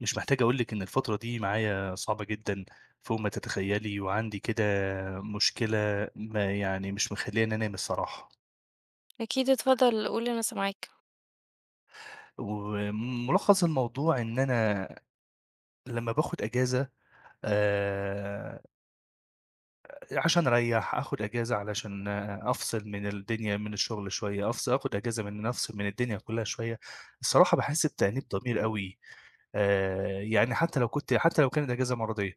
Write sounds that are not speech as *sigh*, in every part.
مش محتاج أقول لِك إن الفترة دي معايا صعبة جدًا فوق ما تتخيّلي، وعندي كده مشكلة ما يعني مش مخلّياني أنام الصراحة، أكيد، اتفضل قول، أنا سامعاك. وملخّص الموضوع إن أنا لمّا باخد أجازة آآ، عشان أريّح، آخد أجازة علشان أفصل من الدنيا من الشغل شوية، أفصل آخد أجازة من إن أنا أفصل من الدنيا كلّها شوية، الصراحة باحس بتأنيب ضمير أوي يعني حتى لو كانت أجازة مرضية.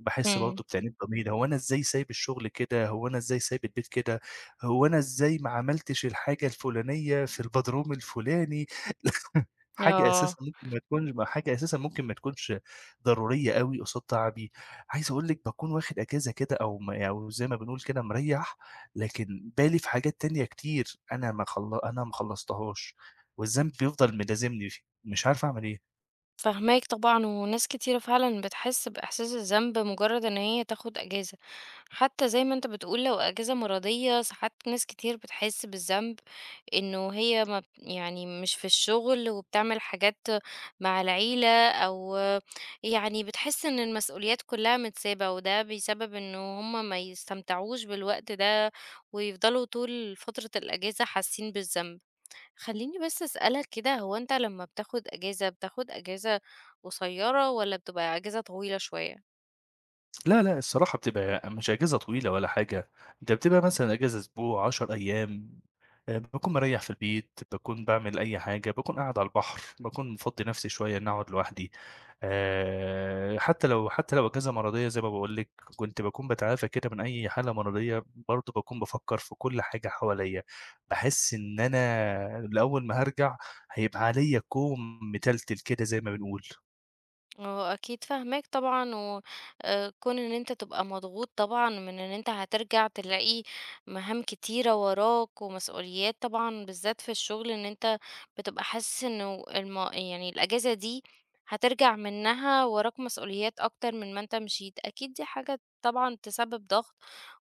باحس برضه إمم. بتأنيب ضمير، هو أنا إزاي سايب الشغل كده، هو أنا إزاي سايب البيت كده، هو أنا إزاي ما عملتش الحاجة الفلانية في البدروم الفلاني. *laughs* آه، حاجة أساسًا ممكن ما تكونش ضرورية أوي قصاد تعبي، عايز أقول لِك باكون واخد أجازة كده أو زي ما بنقول كده مريّح، لكن بالي في حاجات تانية كتير أنا ما خلّصتهاش، والذنب بيفضل ملازمني، مش عارف أعمل إيه. فاهماك طبعًا، وناس كتيرة فعلًا بتحس بإحساس الذنب مجرد إن هي تاخد أجازة. حتى زي ما أنت بتقول، لو أجازة مرضية ساعات ناس كتير بتحس بالذنب إنه هي ما بت- يعني مش في الشغل وبتعمل حاجات مع العيلة، أو يعني بتحس إن المسؤوليات كلها متسابة، وده بيسبب إنه هم ما يستمتعوش بالوقت ده، ويفضلوا طول فترة الأجازة حاسين بالذنب. خلّيني بس أسألك كده، هو أنت لمّا بتاخد أجازة، بتاخد أجازة قصيّرة والّا بتبقى أجازة طويلة شوية؟ لا، لأ، الصراحة بتبقى مش أجازة طويلة ولا حاجة، ده بتبقى مثلًا أجازة أسبوع، 10 أيام، باكون مريّح في البيت، باكون باعمل أي حاجة، باكون قاعد على البحر، باكون مفضّي نفسي شوية إنّي أقعد لوحدي، حتى لو أجازة مرضية زي ما باقول لِك، كنت باكون باتعافى كده من أي حالة مرضية، برضه باكون بافكّر في كل حاجة حواليّا، باحس إن أنا لأول ما هارجع هيبقى عليّا كوم متلتل كده زي ما بنقول. آه، أكيد فاهماك طبعًا، وكون إن أنت تبقى مضغوط طبعًا من إن أنت هترجع تلاقي مهام كتيرة وراك ومسؤوليات طبعًا، بالذات في الشغل، إن أنت بتبقى حاسس إنه يعني الأجازة دي هترجع منها وراك مسؤوليات أكتر من ما أنت مشيت، أكيد دي حاجة طبعًا تسبب ضغط،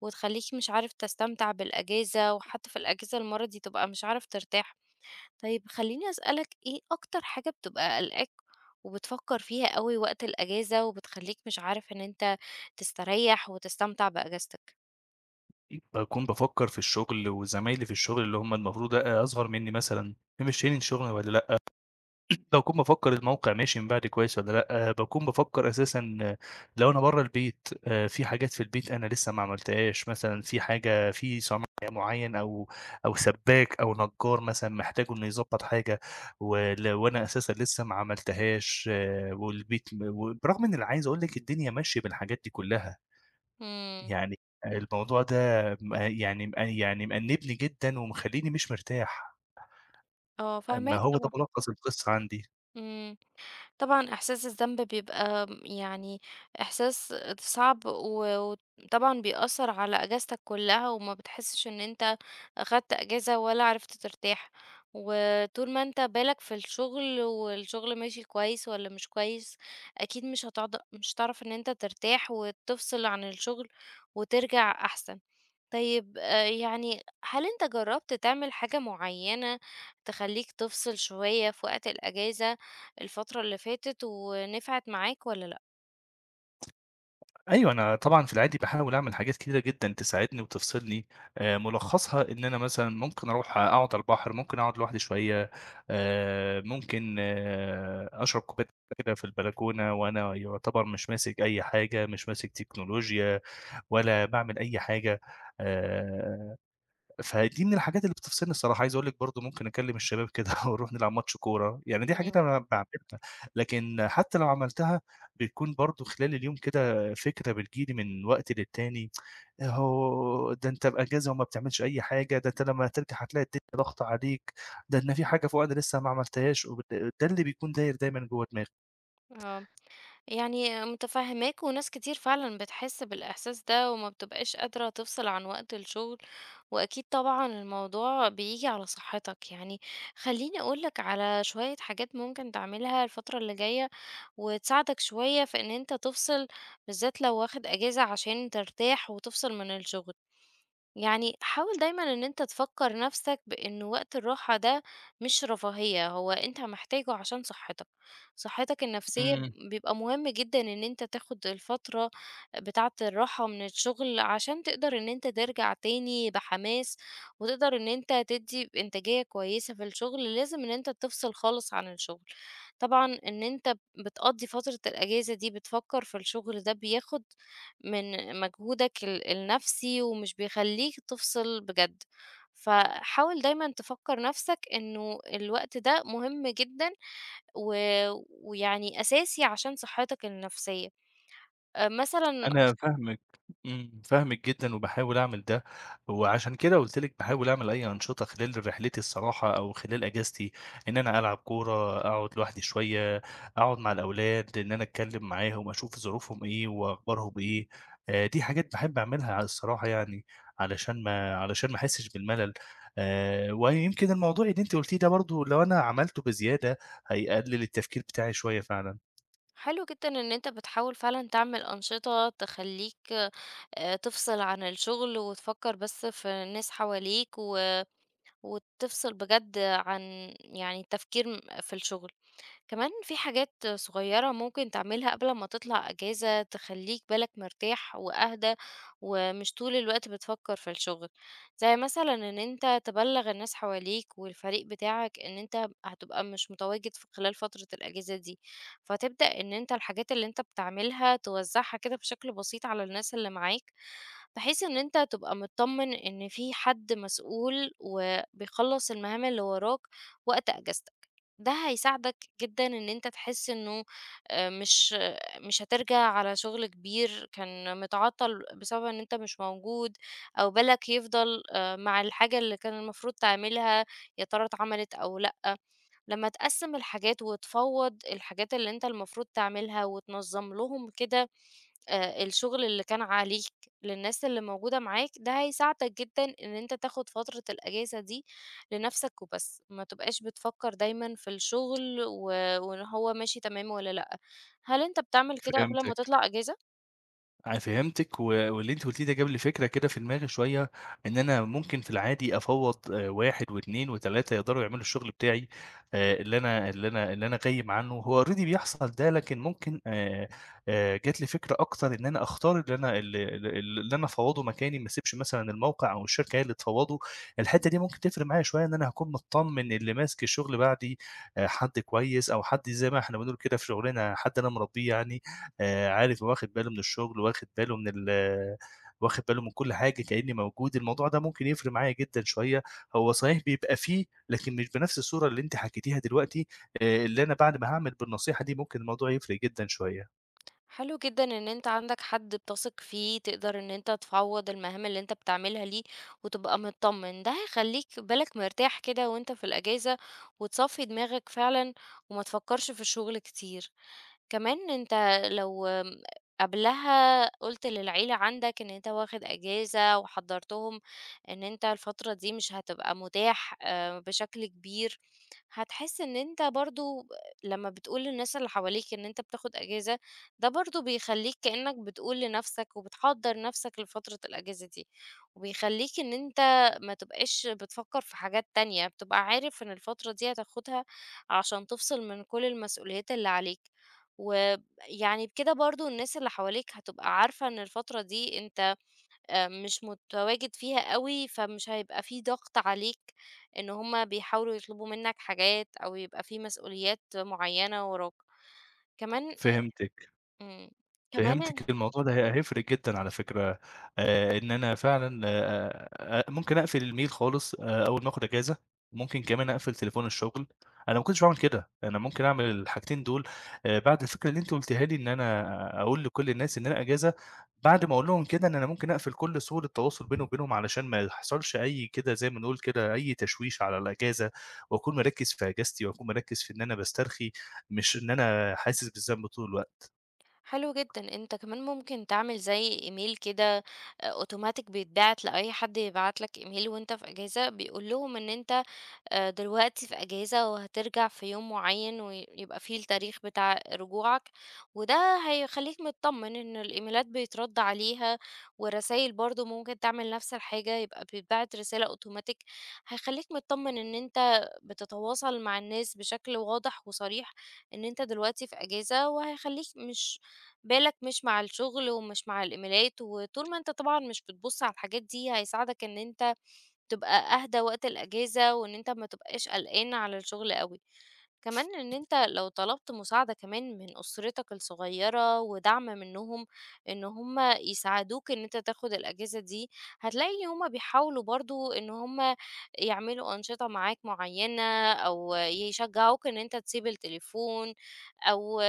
وتخلّيك مش عارف تستمتع بالأجازة، وحتى في الأجازة المرة دي تبقى مش عارف ترتاح. طيب خلّيني أسألك، إيه أكتر حاجة بتبقى قالقاك وبتفكّر فيها أوي وقت الأجازة وبتخلّيك مش عارف إن أنت تستريّح وتستمتع بأجازتك؟ باكون بافكّر في الشغل وزمايلي في الشغل اللي هُم المفروض أصغر منّي مثلًا، ممشّيين شغل والّا لأ، باكون بافكّر الموقع ماشي من بعدي كويس والّا لأ، باكون بافكّر أساسًا لو أنا برّه البيت في حاجات في البيت أنا لسه ما عملتهاش، مثلًا في حاجة في صنايعي معيّن أو سبّاك أو نجّار مثلًا محتاجه إنه يضبّط حاجة وأنا أساسًا لسه ما عملتهاش والبيت م و برغم إن أنا عايز أقول لِك الدنيا ماشية بالحاجات دي كُلّها. إمم. يعني الموضوع ده م يعني م يعني مأنّبني جدًا ومخلّيني مش مرتاح، آه، ما فاهماك هو ده طبعًا. ملخّص القصة عندي. إمم. طبعًا إحساس الذنب بيبقى يعني إحساس صعب وطبعًا بيأثّر على أجازتك كلّها، وما بتحسّش إن أنت أخدت أجازة ولا عرفت ترتاح. وطول ما أنت بالك في الشغل والشغل ماشي كويس والّا مش كويس، أكيد مش هتعرف إن أنت ترتاح وتفصل عن الشغل وترجع أحسن. طيب يعني هل أنت جرّبت تعمل حاجة معيّنة تخلّيك تفصل شوية في وقت الأجازة الفترة اللي فاتت ونفعت معاك والّا لأ؟ أيوه، أنا طبعًا في العادي باحاول أعمل حاجات كتيرة جدًا تساعدني وتفصلني، ملخّصها إن أنا مثلًا ممكن أروح أقعد على البحر، ممكن أقعد لوحدي شوية، ممكن أشرب كوباية قهوة كده في البلكونة وأنا يُعتبر مش ماسك أي حاجة، مش ماسك تكنولوجيا ولا باعمل أي حاجة، آآ فدي من الحاجات اللي بتفصلني الصراحة، عايز أقول لِك برضه ممكن أكلم الشباب كده *laughs* ونروح نلعب ماتش كورة، يعني دي حاجات إمم. أنا باعملها، لكن حتى لو عملتها بيكون برضه خلال اليوم كده فكرة بتيجي لي من وقت للتاني، أهو ده أنت بأجازة وما بتعملش أي حاجة، ده أنت لمّا هترجع هتلاقي الدنيا ضاغطة عليك، ده أنا في حاجة فوق أنا لسه ما عملتهاش، ده اللي بيكون داير دايمًا جوّه دماغي. آه. يعني متفهماك، وناس كتير فعلًا بتحس بالإحساس ده، وما بتبقاش قادرة تفصل عن وقت الشغل، وأكيد طبعًا الموضوع بييجي على صحتك. يعني خلّيني أقول لك على شوية حاجات ممكن تعملها الفترة اللي جاية، وتساعدك شوية في إن أنت تفصل، بالذات لو واخد أجازة عشان ترتاح وتفصل من الشغل. يعني حاول دايما ان انت تفكر نفسك بان وقت الراحة ده مش رفاهية، هو انت محتاجه عشان صحتك. صحتك النفسية بيبقى مهم جدا ان انت تاخد الفترة بتاعة الراحة من الشغل عشان تقدر ان انت ترجع تاني بحماس، وتقدر ان انت تدي انتاجية كويسة في الشغل. لازم ان انت تفصل خالص عن الشغل. طبعا ان انت بتقضي فترة الاجازة دي بتفكر في الشغل، ده بياخد من مجهودك النفسي، ومش بيخلّيك تفصل بجد. فحاول دايمًا تفكّر نفسك إنه الوقت ده مهم جدًا و ويعني أساسي عشان صحّتك النفسية. مثلًا. أنا فاهمِك. فاهمِك جدًا وباحاول أعمل ده، وعشان كده قُلت لِك باحاول أعمل أي أنشطة خلال رحلتي الصراحة أو خلال أجازتي، إن أنا ألعب كورة، أقعد لوحدي شوية، أقعد مع الأولاد، إن أنا أتكلم معاهم، أشوف ظروفهم إيه وأخبارهم إيه. دي حاجات باحب أعملها ع الصراحة يعني، علشان ما أحسش بالملل. ويمكن الموضوع اللي أنتِ قُلتيه ده برضه لو أنا عملته بزيادة هيقلل التفكير بتاعي شوية فعلًا. حلو جدًا إن أنت بتحاول فعلًا تعمل أنشطة تخلّيك تفصل عن الشغل وتفكّر بس في الناس حواليك وتفصل بجد عن يعني التفكير في الشغل. كمان في حاجات صغيرة ممكن تعملها قبل ما تطلع أجازة، تخليك بالك مرتاح وأهدى ومش طول الوقت بتفكر في الشغل. زي مثلا إن أنت تبلغ الناس حواليك والفريق بتاعك إن أنت هتبقى مش متواجد في خلال فترة الأجازة دي، فتبدأ إن أنت الحاجات اللي أنت بتعملها توزعها كده بشكل بسيط على الناس اللي معاك، بحيث إن أنت تبقى متطمن إن في حد مسؤول وبيخلّص المهام اللي وراك وقت أجازتك. ده هيساعدك جدًا إن أنت تحس إنه مش هترجع على شغل كبير كان متعطّل بسبب إن أنت مش موجود، أو بالك يفضل مع الحاجة اللي كان المفروض تعملها، يا ترى اتعملت أو لأ. لما تقسم الحاجات وتفوض الحاجات اللي انت المفروض تعملها وتنظم لهم كده، الشغل اللي كان عليك للناس اللي موجودة معاك، ده هيساعدك جدا ان انت تاخد فترة الاجازة دي لنفسك وبس. ما تبقاش بتفكر دايما في الشغل وان هو ماشي تمام ولا لأ. هل انت بتعمل كده قبل ما فهمتِك. تطلع اجازة؟ أنا فهمتِك، واللي أنتِ قُلتيه ده جاب لي فكرة كده في دماغي شوية، إن أنا ممكن في العادي أفوّض 1 و2 و3 يقدروا يعملوا الشغل بتاعي، اللي أنا غايب عنّه، هو already بيحصل ده، لكن ممكن جات لي فكرة أكتر إن أنا أختار اللي أنا أفوّضه مكاني، ما اسيبش مثلًا الموقع أو الشركة هي اللي تفوّضه، الحتّة دي ممكن تفرق معايا شوية، إن أنا هاكون متطمّن اللي ماسك الشغل بعدي حد كويس، أو حد زي ما إحنا بنقول كده في شغلنا حد أنا مربّيه يعني. عارف، واخد باله من الشغل، واخد باله من كل حاجة كإنّي موجود. الموضوع ده ممكن يفرق معايا جدًا شوية، هو صحيح بيبقى فيه، لكن مش بنفس الصورة اللي أنتِ حكيتيها دلوقتي. اللي أنا بعد ما هاعمل بالنصيحة دي ممكن الموضوع يفرق جدًا شوية. حلو جدًا إن أنت عندك حد بتثق فيه، تقدر إن أنت تفوّض المهام اللي أنت بتعملها ليه وتبقى متطمن. ده هيخلّيك بالك مرتاح كده وأنت في الأجازة، وتصفّي دماغك فعلًا وما تفكّرش في الشغل كتير. كمان أنت لو قبلها قُلت للعيلة عندك إن أنت واخد أجازة وحضّرتهم إن أنت الفترة دي مش هتبقى متاح بشكل كبير، هتحس إن أنت برضه لمّا بتقول للناس اللي حواليك إن أنت بتاخد أجازة، ده برضه بيخلّيك كإنّك بتقول لنَفْسك وبتحضّر نَفْسك لفترة الأجازة دي، وبيخلّيك إن أنت ما تبقاش بتفكّر في حاجات تانية، بتبقى عارف إن الفترة دي هتاخدها عشان تفصل من كل المسؤوليات اللي عليك. ويعني بكده برضو الناس اللي حواليك هتبقى عارفة ان الفترة دي انت مش متواجد فيها قوي، فمش هيبقى في ضغط عليك ان هما بيحاولوا يطلبوا منك حاجات او يبقى في مسؤوليات معينة وراك كمان. فهمتِك. مم. كمان ال- فهمتِك، الموضوع ده هيفرق جدًا على فكرة. إن أنا فعلًا ممكن أقفل الميل خالص أول ما آخد إجازة، ممكن كمان أقفل تليفون الشغل. أنا ما كنتش باعمل كده، أنا ممكن أعمل الحاجتين دول بعد الفكرة اللي أنتِ قُلتيها لي إن أنا أقول لكل الناس إن أنا إجازة، بعد ما أقول لهم كده إن أنا ممكن أقفل كل سُبل التواصل بيني وبينهم علشان ما يحصلش أي كده زي ما نقول كده أي تشويش على الإجازة، وأكون مركّز في إجازتي وأكون مركّز في إن أنا باسترخي، مش إن أنا حاسس بالذنب طول الوقت. حلو جدا انت كمان ممكن تعمل زي ايميل كده، اوتوماتيك بيتبعت لأي حد يبعت لك ايميل وانت في اجازة، بيقول لهم ان انت دلوقتي في أجازة، وهترجع في يوم معيّن ويبقى فيه التاريخ بتاع رجوعك. وده هيخلّيك متطمن إن الإيميلات بيترَد عليها، والرسايل برضه ممكن تعمل نفس الحاجة، يبقى بيتبعت رسالة أوتوماتيك. هيخلّيك متطمن إن أنت بتتواصل مع الناس بشكل واضح وصريح إن أنت دلوقتي في أجازة، وهيخلّيك مش بالك مش مع الشغل ومش مع الإيميلات. وطول ما أنت طبعًا مش بتبُص على الحاجات دي، هيساعدك إن أنت تبقى أهدى وقت الأجازة، وإن أنت ما تبقاش قلقان على الشغل أوي. كمان إن أنت لو طلبت مساعدة كمان من أسرتك الصغيرة ودعم منهم، إن هُم يساعدوك إن أنت تاخد الأجازة دي، هتلاقي إن هُم بيحاولوا برضه إن هُم يعملوا أنشطة معاك معيّنة، أو يشجعوك إن أنت تسيب التليفون، أو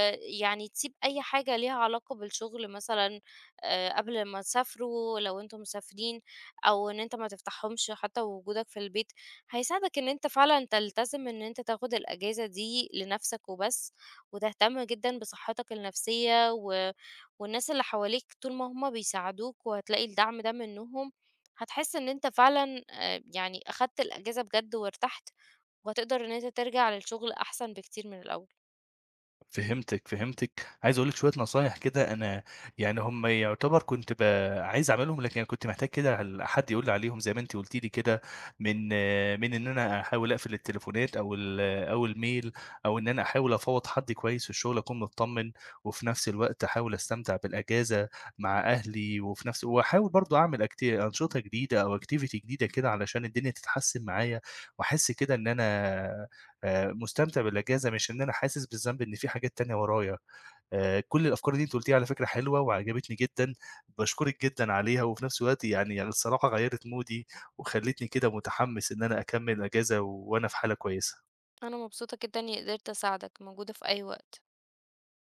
يعني تسيب أي حاجة ليها علاقة بالشغل مثلًا، قبل ما تسافروا لو أنتم مسافرين، أو إن أنت ما تفتحهمش حتى ووجودك في البيت، هيساعدك إن أنت فعلًا تلتزم إن أنت تاخد الأجازة دي لنفسك وبس، وتهتم جدًا بصحتك النفسية و والناس اللي حواليك طول ما هُم بيساعدوك وهتلاقي الدعم ده منهم، هتحس إن أنت فعلًا يعني أخدت الأجازة بجد وارتحت، وهتقدر إن أنت ترجع للشغل أحسن بكتير من الأول. فهمتِك. فهمتِك. عايز أقول لِك شوية نصايح كده أنا يعني هم يعتبر كنت ب عايز أعملهم، لكن أنا كنت محتاج كده حد يقول لي عليهم زي ما أنتِ قلتِ لي كده، من من إن أنا أحاول أقفل التليفونات أو الmail، أو إن أنا أحاول أفوّض حد كويس في الشغل أكون متطمن، وفي نفس الوقت أحاول أستمتع بالأجازة مع أهلي، وفي نفس وأحاول برضه أعمل أنشطة جديدة أو activity جديدة كده علشان الدنيا تتحسن معايا، وأحس كده إن أنا مستمتع بالإجازة، مش إن أنا حاسس بالذنب إن في حاجات تانية ورايا. كل الأفكار اللي أنتِ قُلتيها على فكرة حلوة وعجبتني جدًا، باشكرِك جدًا عليها، وفي نفس الوقت يعني الصراحة غيّرت مودي وخلّتني كده متحمس إن أنا أكمّل إجازة وأنا في حالة كويسة. أنا مبسوطة جدًا إني قدرت أساعدك، موجودة في أي وقت.